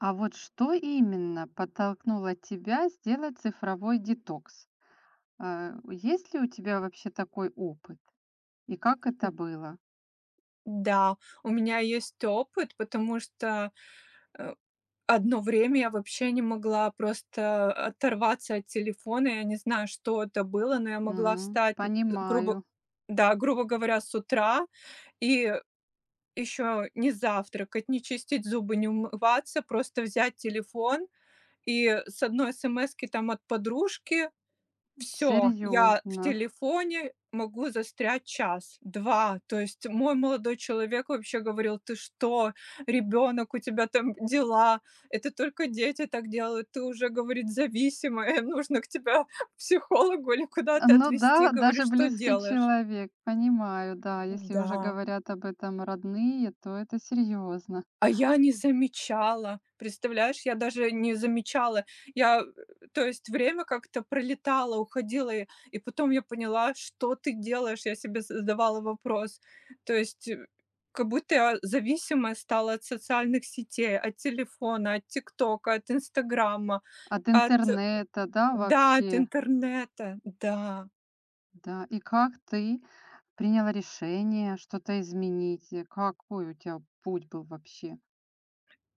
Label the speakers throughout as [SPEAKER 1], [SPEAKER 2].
[SPEAKER 1] А вот что именно подтолкнуло тебя сделать цифровой детокс? Есть ли у тебя вообще такой опыт? И как это
[SPEAKER 2] М,
[SPEAKER 1] было?
[SPEAKER 2] да, у меня есть опыт, потому что, э, одно время я вообще не могла просто оторваться от телефона. Я не знаю, что это было, но я могла
[SPEAKER 1] Мгм.
[SPEAKER 2] встать, н грубо
[SPEAKER 1] Понимаю.
[SPEAKER 2] да, грубо говоря, с утра и еще не завтракать, не чистить зубы, не умываться, просто взять телефон и с одной смски там от подружки все. Я в
[SPEAKER 1] Серьезно.
[SPEAKER 2] телефоне могу застрять час, два. То есть мой молодой человек вообще говорил: "Ты что? Ребенок? У тебя там дела. Это только дети так делают. Ты уже, говорит, зависимая. Нужно к тебя к психологу или куда-то
[SPEAKER 1] Ну
[SPEAKER 2] отвезти".
[SPEAKER 1] да,
[SPEAKER 2] Говорит:
[SPEAKER 1] даже
[SPEAKER 2] "Что
[SPEAKER 1] близкий
[SPEAKER 2] делаешь?"
[SPEAKER 1] человек. Понимаю, да. Если уже
[SPEAKER 2] Да.
[SPEAKER 1] говорят об этом родные, то это серьезно.
[SPEAKER 2] А я не замечала. Представляешь, я даже не замечала. Я, э, то есть время как-то пролетало, уходило, и потом я поняла, что ты делаешь. Я себе задавала вопрос. То есть, как будто я зависимая стала от социальных сетей, от телефона, от "Тиктока", от "Инстаграма",
[SPEAKER 1] От
[SPEAKER 2] от
[SPEAKER 1] интернета, да,
[SPEAKER 2] да, от
[SPEAKER 1] вообще.
[SPEAKER 2] интернета. Да.
[SPEAKER 1] Да. И как ты приняла решение что-то изменить? И какой у тебя путь был вообще?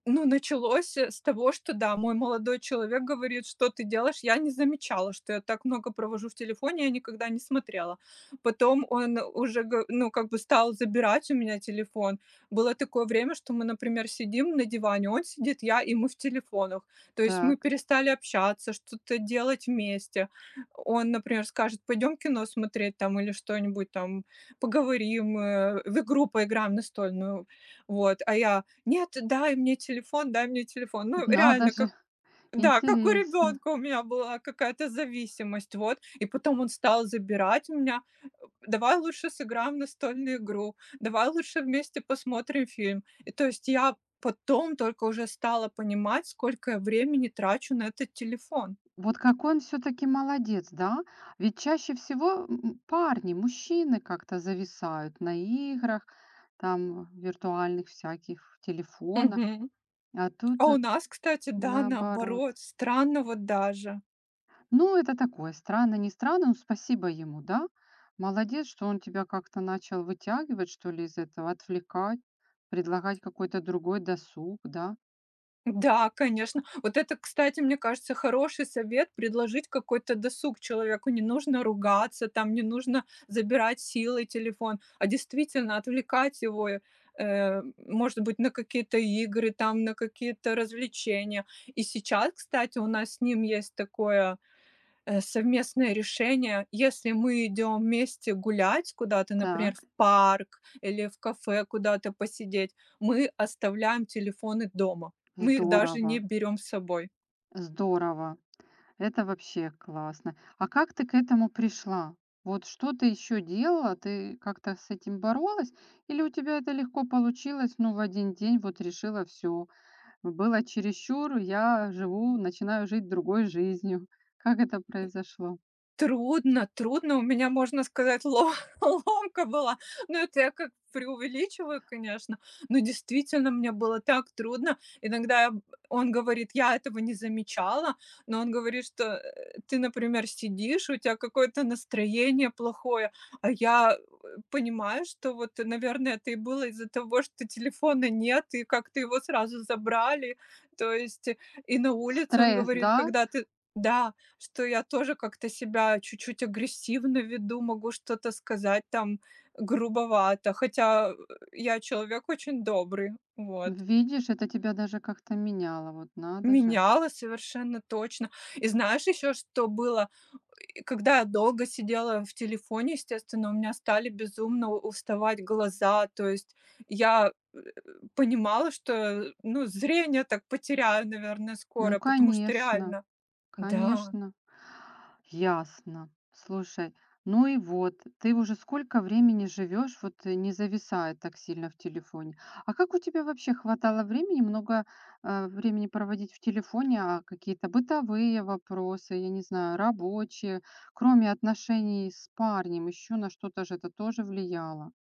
[SPEAKER 2] Ну, началось, с того, что да, мой молодой человек говорит: "Что ты делаешь?" Я не замечала, что я так много провожу в телефоне, я никогда не смотрела. Потом он уже го ну, как бы стал забирать у меня телефон. Было такое время, что мы, например, сидим на диване, он сидит, я, и мы в телефонах. То есть мы
[SPEAKER 1] Так.
[SPEAKER 2] перестали общаться, что-то делать вместе. Он, например, скажет: "Пойдем кино смотреть там или что-нибудь там, поговорим, в игру поиграем настольную". Вот, а я: нет, дай мне телефон, дай мне телефон. Ну,
[SPEAKER 1] Надо
[SPEAKER 2] реально, как
[SPEAKER 1] же,
[SPEAKER 2] да, как у
[SPEAKER 1] интересно.
[SPEAKER 2] ребёнка у меня была какая-то зависимость, вот. И потом он стал забирать у меня. Давай лучше сыграем в настольную игру, давай лучше вместе посмотрим фильм. И то есть я потом только уже стала понимать, сколько я времени трачу на этот телефон.
[SPEAKER 1] Вот как он все-таки молодец, да? Ведь чаще всего парни, мужчины как-то зависают на играх, там, виртуальных всяких, в телефонах,
[SPEAKER 2] Мгм.
[SPEAKER 1] а
[SPEAKER 2] А
[SPEAKER 1] тут
[SPEAKER 2] у нас, кстати, да,
[SPEAKER 1] наоборот.
[SPEAKER 2] наоборот, странно вот даже.
[SPEAKER 1] Ну, это такое, странно, не странно, но спасибо ему, да? Молодец, что он тебя как-то начал вытягивать, что ли, из этого, отвлекать, предлагать какой-то другой досуг, да?
[SPEAKER 2] Да, конечно. Вот это, кстати, мне кажется, хороший совет — предложить какой-то досуг человеку. Не нужно ругаться, там не нужно забирать силой телефон, а действительно отвлекать его, может быть, на какие-то игры, там, на какие-то развлечения. И сейчас, кстати, у нас с ним есть такое совместное решение. Если мы идем вместе гулять куда-то, например,
[SPEAKER 1] Так,
[SPEAKER 2] в парк или в кафе куда-то посидеть, мы оставляем телефоны дома. Мы их даже не
[SPEAKER 1] здорово,
[SPEAKER 2] берем с собой.
[SPEAKER 1] здорово. Это вообще классно. А как ты к этому пришла? Вот что ты еще делала? Ты как-то с этим боролась? Или у тебя это легко получилось? Ну, в один день вот решила все. Было чересчур, я живу, начинаю жить другой жизнью. Как это произошло?
[SPEAKER 2] Трудно, трудно. У меня, можно сказать, ло ломка была. Ну, это я как преувеличиваю, конечно, но действительно мне было так трудно. Иногда я б он говорит: "Я этого не замечала", но он говорит, что, ты, например, сидишь, у тебя какое-то настроение плохое, а я понимаю, что вот, наверное, это и было из-за того, что телефона нет и как-то его сразу забрали. То есть, и на улице, он
[SPEAKER 1] Стресс,
[SPEAKER 2] говорит,
[SPEAKER 1] да?
[SPEAKER 2] когда ты. Да, что я тоже как-то себя чуть-чуть агрессивно веду, могу что-то сказать там грубовато, хотя я человек очень добрый, вот.
[SPEAKER 1] Видишь, это тебя даже как-то меняло. Вот надо же.
[SPEAKER 2] Меняла совершенно точно. И знаешь еще, что было? И когда я долго сидела в телефоне, естественно, у меня стали безумно уставать глаза, то есть я понимала, что, ну, зрение так потеряю, наверное, скоро,
[SPEAKER 1] Ну,
[SPEAKER 2] потому что
[SPEAKER 1] конечно,
[SPEAKER 2] реально, да.
[SPEAKER 1] конечно. Ясно. Слушай, ну и вот, ты уже сколько времени живешь, вот не зависая так сильно в телефоне. А как у тебя вообще хватало времени, много времени проводить в телефоне, а какие-то бытовые вопросы, я не знаю, рабочие, кроме отношений с парнем, еще на что-то же это тоже влияло.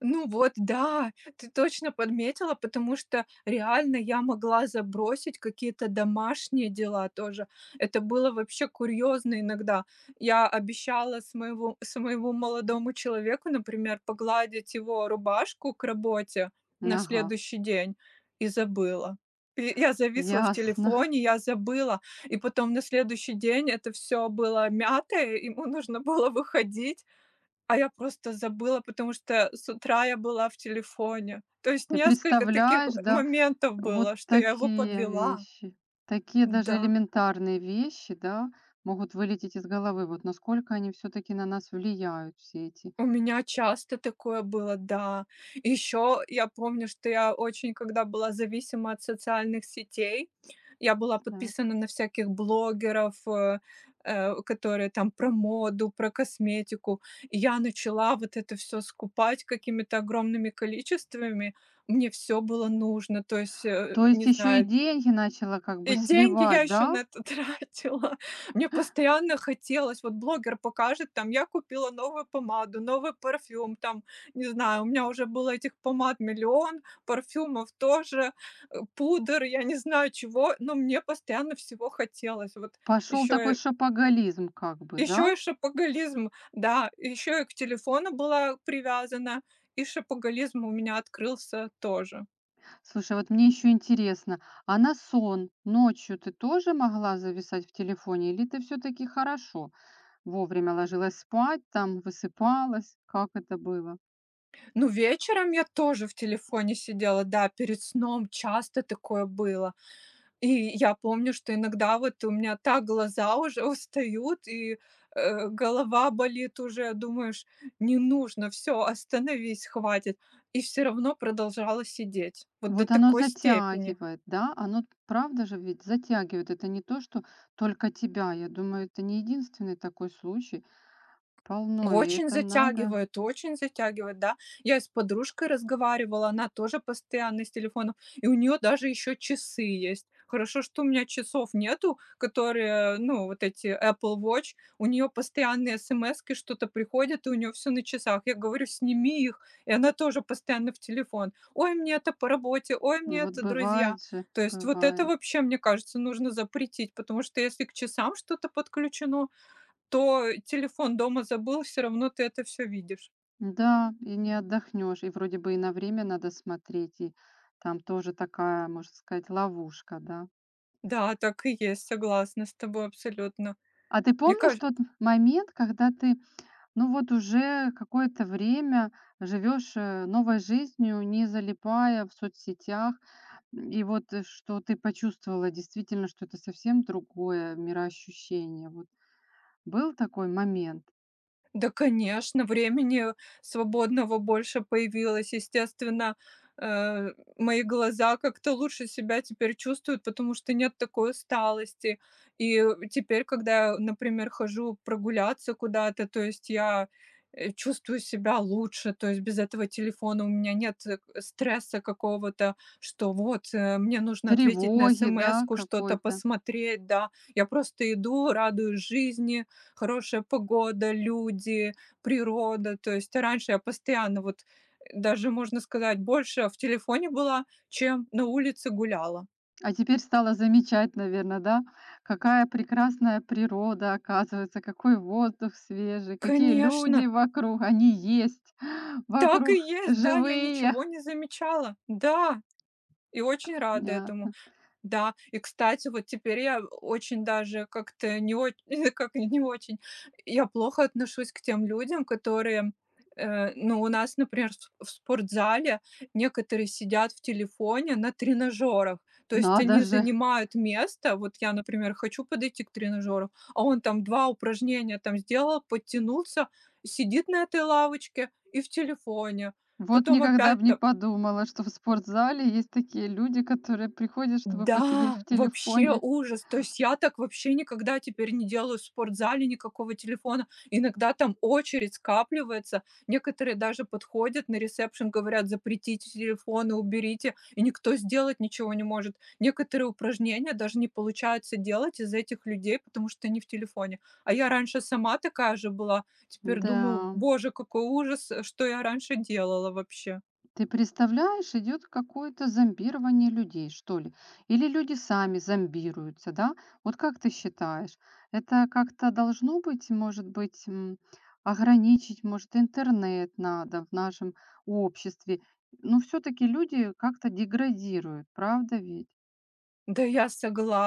[SPEAKER 2] Ну вот, да, ты точно подметила, потому что реально я могла забросить какие-то домашние дела тоже. Это было вообще курьезно иногда. Я обещала своему молодому человеку, например, погладить его рубашку к работе на
[SPEAKER 1] Ага,
[SPEAKER 2] следующий день и забыла. И я зависла в
[SPEAKER 1] ясно.
[SPEAKER 2] телефоне, я забыла. И потом на следующий день это все было мятое, ему нужно было выходить, а я просто забыла, потому что с утра я была в телефоне. То есть
[SPEAKER 1] Ты
[SPEAKER 2] несколько таких
[SPEAKER 1] представляешь, да?
[SPEAKER 2] моментов
[SPEAKER 1] Вот
[SPEAKER 2] было, что я его
[SPEAKER 1] такие
[SPEAKER 2] подвела.
[SPEAKER 1] вещи, такие даже
[SPEAKER 2] Да.
[SPEAKER 1] элементарные вещи, да, могут вылететь из головы. Вот насколько они все-таки на нас влияют, все эти.
[SPEAKER 2] У меня часто такое было, да. Еще я помню, что я очень, когда была зависима от социальных сетей, я была
[SPEAKER 1] Да.
[SPEAKER 2] подписана на всяких блогеров, которые там про моду, про косметику. И я начала вот это все скупать какими-то огромными количествами. Мне все было нужно. То есть,
[SPEAKER 1] То
[SPEAKER 2] не
[SPEAKER 1] есть еще и
[SPEAKER 2] знаю,
[SPEAKER 1] деньги начала как бы
[SPEAKER 2] и деньги я
[SPEAKER 1] сливать,
[SPEAKER 2] еще на
[SPEAKER 1] да?
[SPEAKER 2] это тратила. Мне постоянно хотелось, вот блогер покажет, там, я купила новую помаду, новый парфюм, там, не знаю, у меня уже было этих помад миллион, парфюмов тоже, пудр, я не знаю чего, но мне постоянно всего хотелось. Вот
[SPEAKER 1] Пошел такой
[SPEAKER 2] еще
[SPEAKER 1] шопоголизм, как бы,
[SPEAKER 2] еще
[SPEAKER 1] да?
[SPEAKER 2] и шопоголизм, да, еще и к телефону была привязана, и шопоголизм у меня открылся тоже.
[SPEAKER 1] Слушай, вот мне еще интересно, а на сон ночью ты тоже могла зависать в телефоне, или ты все-таки хорошо вовремя ложилась спать, там высыпалась? Как это было?
[SPEAKER 2] Ну, вечером я тоже в телефоне сидела, да, перед сном часто такое было. И я помню, что иногда вот у меня так глаза уже устают, и, голова болит уже. Думаешь: "Не нужно, все, остановись, хватит". И все равно продолжала сидеть. Вот до
[SPEAKER 1] Вот оно
[SPEAKER 2] такой степени.
[SPEAKER 1] затягивает, да? Оно, правда же, ведь затягивает. Это не то, что только тебя. Я думаю, это не единственный такой случай. Полно, и это надо.
[SPEAKER 2] Очень затягивает, да. Я и с подружкой разговаривала, она тоже постоянно с телефоном, и у нее даже еще часы есть. Хорошо, что у меня часов нету, которые, ну, вот эти Apple Watch. У нее постоянные смски, что-то приходят, и у нее все на часах. Я говорю: "Сними их". И она тоже постоянно в телефон. "Ой, мне это по работе, ой, мне
[SPEAKER 1] Вот
[SPEAKER 2] это друзья".
[SPEAKER 1] бывает же,
[SPEAKER 2] То есть вот это
[SPEAKER 1] бывает.
[SPEAKER 2] вообще, мне кажется, нужно запретить, потому что если к часам что-то подключено, то телефон дома забыл, все равно ты это все видишь.
[SPEAKER 1] Да, и не отдохнешь. И вроде бы и на время надо смотреть. И там тоже такая, можно сказать, ловушка, да?
[SPEAKER 2] Да, так и есть, согласна с тобой абсолютно.
[SPEAKER 1] А ты
[SPEAKER 2] Мне
[SPEAKER 1] помнишь
[SPEAKER 2] кажется,
[SPEAKER 1] тот момент, когда ты, ну вот уже какое-то время живешь новой жизнью, не залипая в соцсетях, и вот, что ты почувствовала действительно, что это совсем другое мироощущение. Вот был такой момент
[SPEAKER 2] да, конечно, времени свободного больше появилось. Естественно, э, мои глаза как-то лучше себя теперь чувствуют, потому что нет такой усталости. И теперь, когда я, например, хожу прогуляться куда-то, то есть я чувствую себя лучше. То есть без этого телефона у меня нет, стресса какого-то, что вот, мне нужно ответить на
[SPEAKER 1] тревоги, да,
[SPEAKER 2] смску, что-то
[SPEAKER 1] какой-то.
[SPEAKER 2] посмотреть, да. Я просто иду, радуюсь жизни, хорошая погода, люди, природа. То есть раньше я постоянно вот, даже, можно сказать, больше в телефоне была, чем на улице гуляла.
[SPEAKER 1] А теперь стала замечать, наверное, да, какая прекрасная природа оказывается, какой воздух свежий, какие
[SPEAKER 2] Конечно,
[SPEAKER 1] люди вокруг, они есть
[SPEAKER 2] так и
[SPEAKER 1] вокруг,
[SPEAKER 2] есть, да, я
[SPEAKER 1] живые.
[SPEAKER 2] ничего не замечала. Да, и очень рада этому.
[SPEAKER 1] Понятно.
[SPEAKER 2] Да, и, кстати, вот теперь я очень даже как-то не очень, как не очень, я плохо отношусь к тем людям, которые, ну, у нас, например, в спортзале некоторые сидят в телефоне на тренажерах. То есть
[SPEAKER 1] Надо
[SPEAKER 2] они
[SPEAKER 1] же!
[SPEAKER 2] занимают место. Вот я, например, хочу подойти к тренажеру, а он там 2 упражнения там сделал, подтянулся, сидит на этой лавочке и в телефоне.
[SPEAKER 1] Вот
[SPEAKER 2] Потом
[SPEAKER 1] никогда бы
[SPEAKER 2] опять
[SPEAKER 1] не
[SPEAKER 2] там.
[SPEAKER 1] подумала, что в спортзале есть такие люди, которые приходят, чтобы посидеть
[SPEAKER 2] Да,
[SPEAKER 1] в
[SPEAKER 2] вообще
[SPEAKER 1] телефоне.
[SPEAKER 2] ужас. То есть я так вообще никогда теперь не делаю в спортзале никакого телефона. Иногда там очередь скапливается. Некоторые даже подходят на ресепшн, говорят, запретите телефоны, уберите. И никто сделать ничего не может. Некоторые упражнения даже не получается делать из этих людей, потому что они в телефоне. А я раньше сама такая же была. Теперь думаю,
[SPEAKER 1] Да.
[SPEAKER 2] боже, какой ужас, что я раньше делала вообще.
[SPEAKER 1] Ты представляешь, идет какое-то зомбирование людей, что ли? Или люди сами зомбируются, да? Вот как ты считаешь, это как-то должно быть, может быть, ограничить, может, интернет надо в нашем обществе? Но все-таки люди как-то деградируют, правда ведь?
[SPEAKER 2] Да, я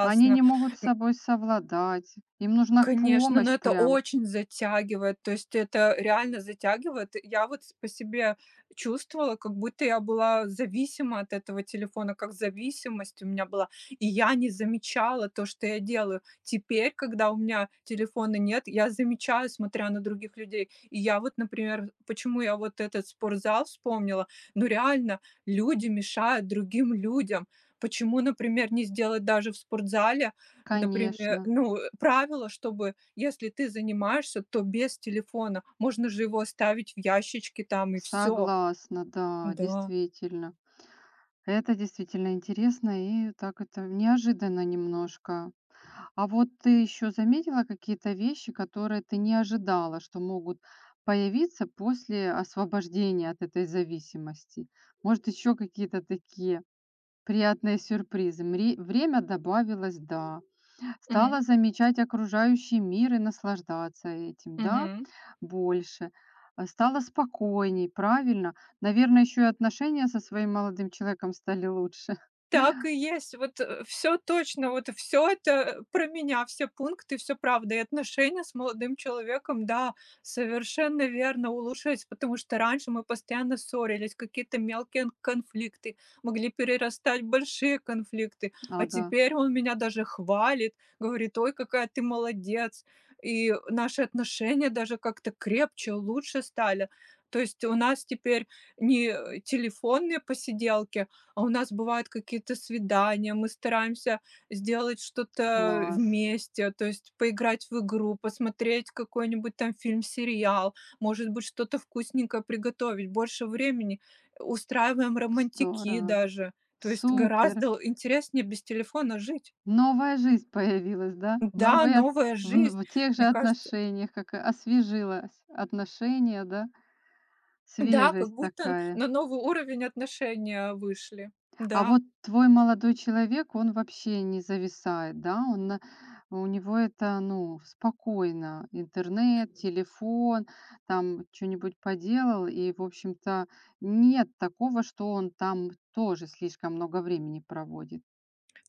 [SPEAKER 1] Они не могут с собой совладать, им нужна
[SPEAKER 2] Конечно,
[SPEAKER 1] помощь
[SPEAKER 2] но это
[SPEAKER 1] прям,
[SPEAKER 2] очень затягивает, то есть это реально затягивает. Я вот с по себе чувствовала, как будто я была зависима от этого телефона, как зависимость у меня была, и я не замечала то, что я делаю. Теперь, когда у меня телефона нет, я замечаю, смотря на других людей. И я вот, например, почему я вот этот спортзал вспомнила, ну реально, люди мешают другим людям. Почему, например, не сделать даже в спортзале. Например,
[SPEAKER 1] конечно.
[SPEAKER 2] ну, правило, чтобы если ты занимаешься, то без телефона. Можно же его оставить в ящичке там и все.
[SPEAKER 1] Согласна, да,
[SPEAKER 2] Да.
[SPEAKER 1] действительно. Это действительно интересно и так это неожиданно немножко. А вот ты еще заметила какие-то вещи, которые ты не ожидала, что могут появиться после освобождения от этой зависимости? Может, еще какие-то такие приятные сюрпризы? Время добавилось, да.
[SPEAKER 2] Мгм.
[SPEAKER 1] Стала замечать окружающий мир и наслаждаться этим, да,
[SPEAKER 2] Мгм.
[SPEAKER 1] больше. А стала спокойней, правильно. Наверное, еще и отношения со своим молодым человеком стали лучше.
[SPEAKER 2] Так и есть. Вот, все точно, вот все это про меня, все пункты, все правда. И отношения с молодым человеком, да, совершенно верно, улучшились, потому что раньше мы постоянно ссорились, какие-то мелкие конфликты могли перерастать в большие конфликты. А
[SPEAKER 1] Ага,
[SPEAKER 2] теперь он меня даже хвалит, говорит: "Ой, какая ты молодец". И наши отношения даже как-то крепче, лучше стали. То есть у нас теперь не телефонные посиделки, а у нас бывают какие-то свидания, мы стараемся сделать что-то
[SPEAKER 1] класс,
[SPEAKER 2] вместе, то есть поиграть в игру, посмотреть какой-нибудь там фильм, сериал, может быть, что-то вкусненькое приготовить. Больше времени устраиваем романтики
[SPEAKER 1] здорово,
[SPEAKER 2] даже. То есть
[SPEAKER 1] супер.
[SPEAKER 2] гораздо интереснее без телефона жить.
[SPEAKER 1] Новая жизнь появилась, да?
[SPEAKER 2] Да,
[SPEAKER 1] Новые от
[SPEAKER 2] новая
[SPEAKER 1] в н
[SPEAKER 2] жизнь.
[SPEAKER 1] в тех же
[SPEAKER 2] Мне кажется,
[SPEAKER 1] отношениях, как и освежилось отношения, да?
[SPEAKER 2] да, как
[SPEAKER 1] Свежесть
[SPEAKER 2] будто
[SPEAKER 1] такая.
[SPEAKER 2] на новый уровень отношения вышли.
[SPEAKER 1] А
[SPEAKER 2] Да.
[SPEAKER 1] вот твой молодой человек, он вообще не зависает, да? Он на У него это, ну, спокойно: интернет, телефон, там что нибудь поделал, и, в общем-то, нет такого, что он там тоже слишком много времени проводит.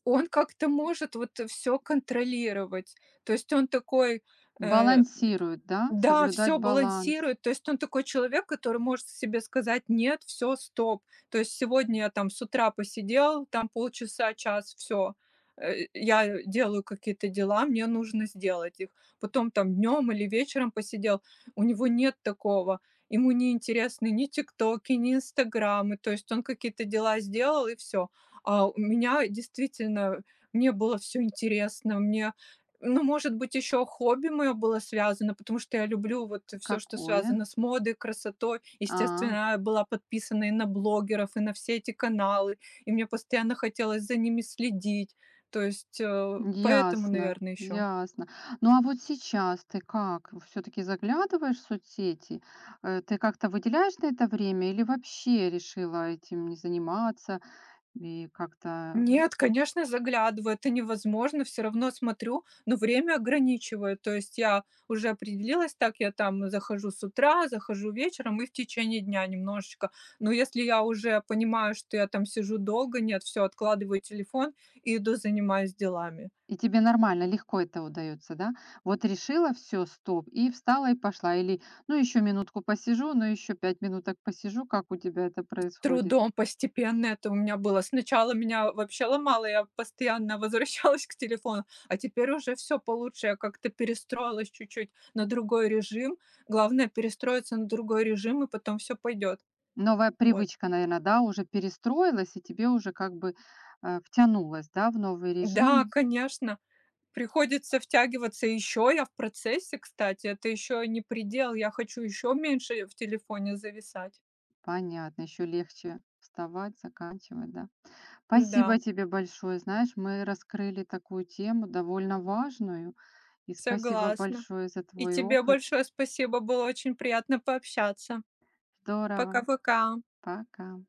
[SPEAKER 2] Он как-то может вот все контролировать. То есть он такой, э
[SPEAKER 1] Балансирует, да?
[SPEAKER 2] да,
[SPEAKER 1] Соблюдать
[SPEAKER 2] все
[SPEAKER 1] баланс.
[SPEAKER 2] балансирует. То есть он такой человек, который может себе сказать: "Нет, все, стоп". То есть сегодня я там с утра посидел, там полчаса, час, все. Я делаю какие-то дела, мне нужно сделать их. Потом там днем или вечером посидел. У него нет такого. Ему не интересны ни "Тиктоки", ни "Инстаграмы". То есть он какие-то дела сделал и все. А у меня действительно, мне было все интересно, мне, ну, может быть, еще хобби мое было связано, потому что я люблю вот все, что
[SPEAKER 1] Какое?
[SPEAKER 2] связано с модой, красотой.
[SPEAKER 1] А,
[SPEAKER 2] Естественно, я была подписана и на блогеров, и на все эти каналы, и мне постоянно хотелось за ними следить. То есть, поэтому,
[SPEAKER 1] ясно,
[SPEAKER 2] наверное, еще.
[SPEAKER 1] ясно. Ну, а вот сейчас ты как? Все таки заглядываешь в соцсети? Ты как-то выделяешь на это время или вообще решила этим не заниматься и как-то,
[SPEAKER 2] Нет, конечно, заглядываю. Это невозможно. Все равно смотрю, но время ограничиваю. То есть я уже определилась так: я там захожу с утра, захожу вечером и в течение дня немножечко. Но если я уже понимаю, что я там сижу долго, нет, все откладываю телефон и иду занимаюсь делами.
[SPEAKER 1] и тебе нормально, легко это удается, да? Вот решила: "Все, стоп"- и встала и пошла, или: "Ну, еще минутку посижу, ну, еще 5 минуток посижу". Как у тебя это происходит?
[SPEAKER 2] Трудом постепенно это у меня было. Сначала меня вообще ломало, я постоянно возвращалась к телефону, а теперь уже все получше. Я как-то перестроилась чуть-чуть на другой режим. Главное перестроиться на другой режим, и потом все пойдет.
[SPEAKER 1] Новая
[SPEAKER 2] Вот.
[SPEAKER 1] привычка, наверное, да, уже перестроилась, и тебе уже как бы, втянулась, да, в новый
[SPEAKER 2] Да,
[SPEAKER 1] режим.
[SPEAKER 2] конечно, приходится втягиваться еще. Я в процессе, кстати, это еще не предел. Я хочу еще меньше в телефоне зависать.
[SPEAKER 1] Понятно, еще легче вставать, заканчивать, да.
[SPEAKER 2] Да,
[SPEAKER 1] Спасибо тебе большое. Знаешь, мы раскрыли такую тему, довольно важную. И спасибо
[SPEAKER 2] согласна.
[SPEAKER 1] большое за
[SPEAKER 2] И
[SPEAKER 1] твой
[SPEAKER 2] тебе
[SPEAKER 1] опыт.
[SPEAKER 2] большое спасибо, было очень приятно пообщаться.
[SPEAKER 1] Здорово.
[SPEAKER 2] Пока-пока.
[SPEAKER 1] Пока.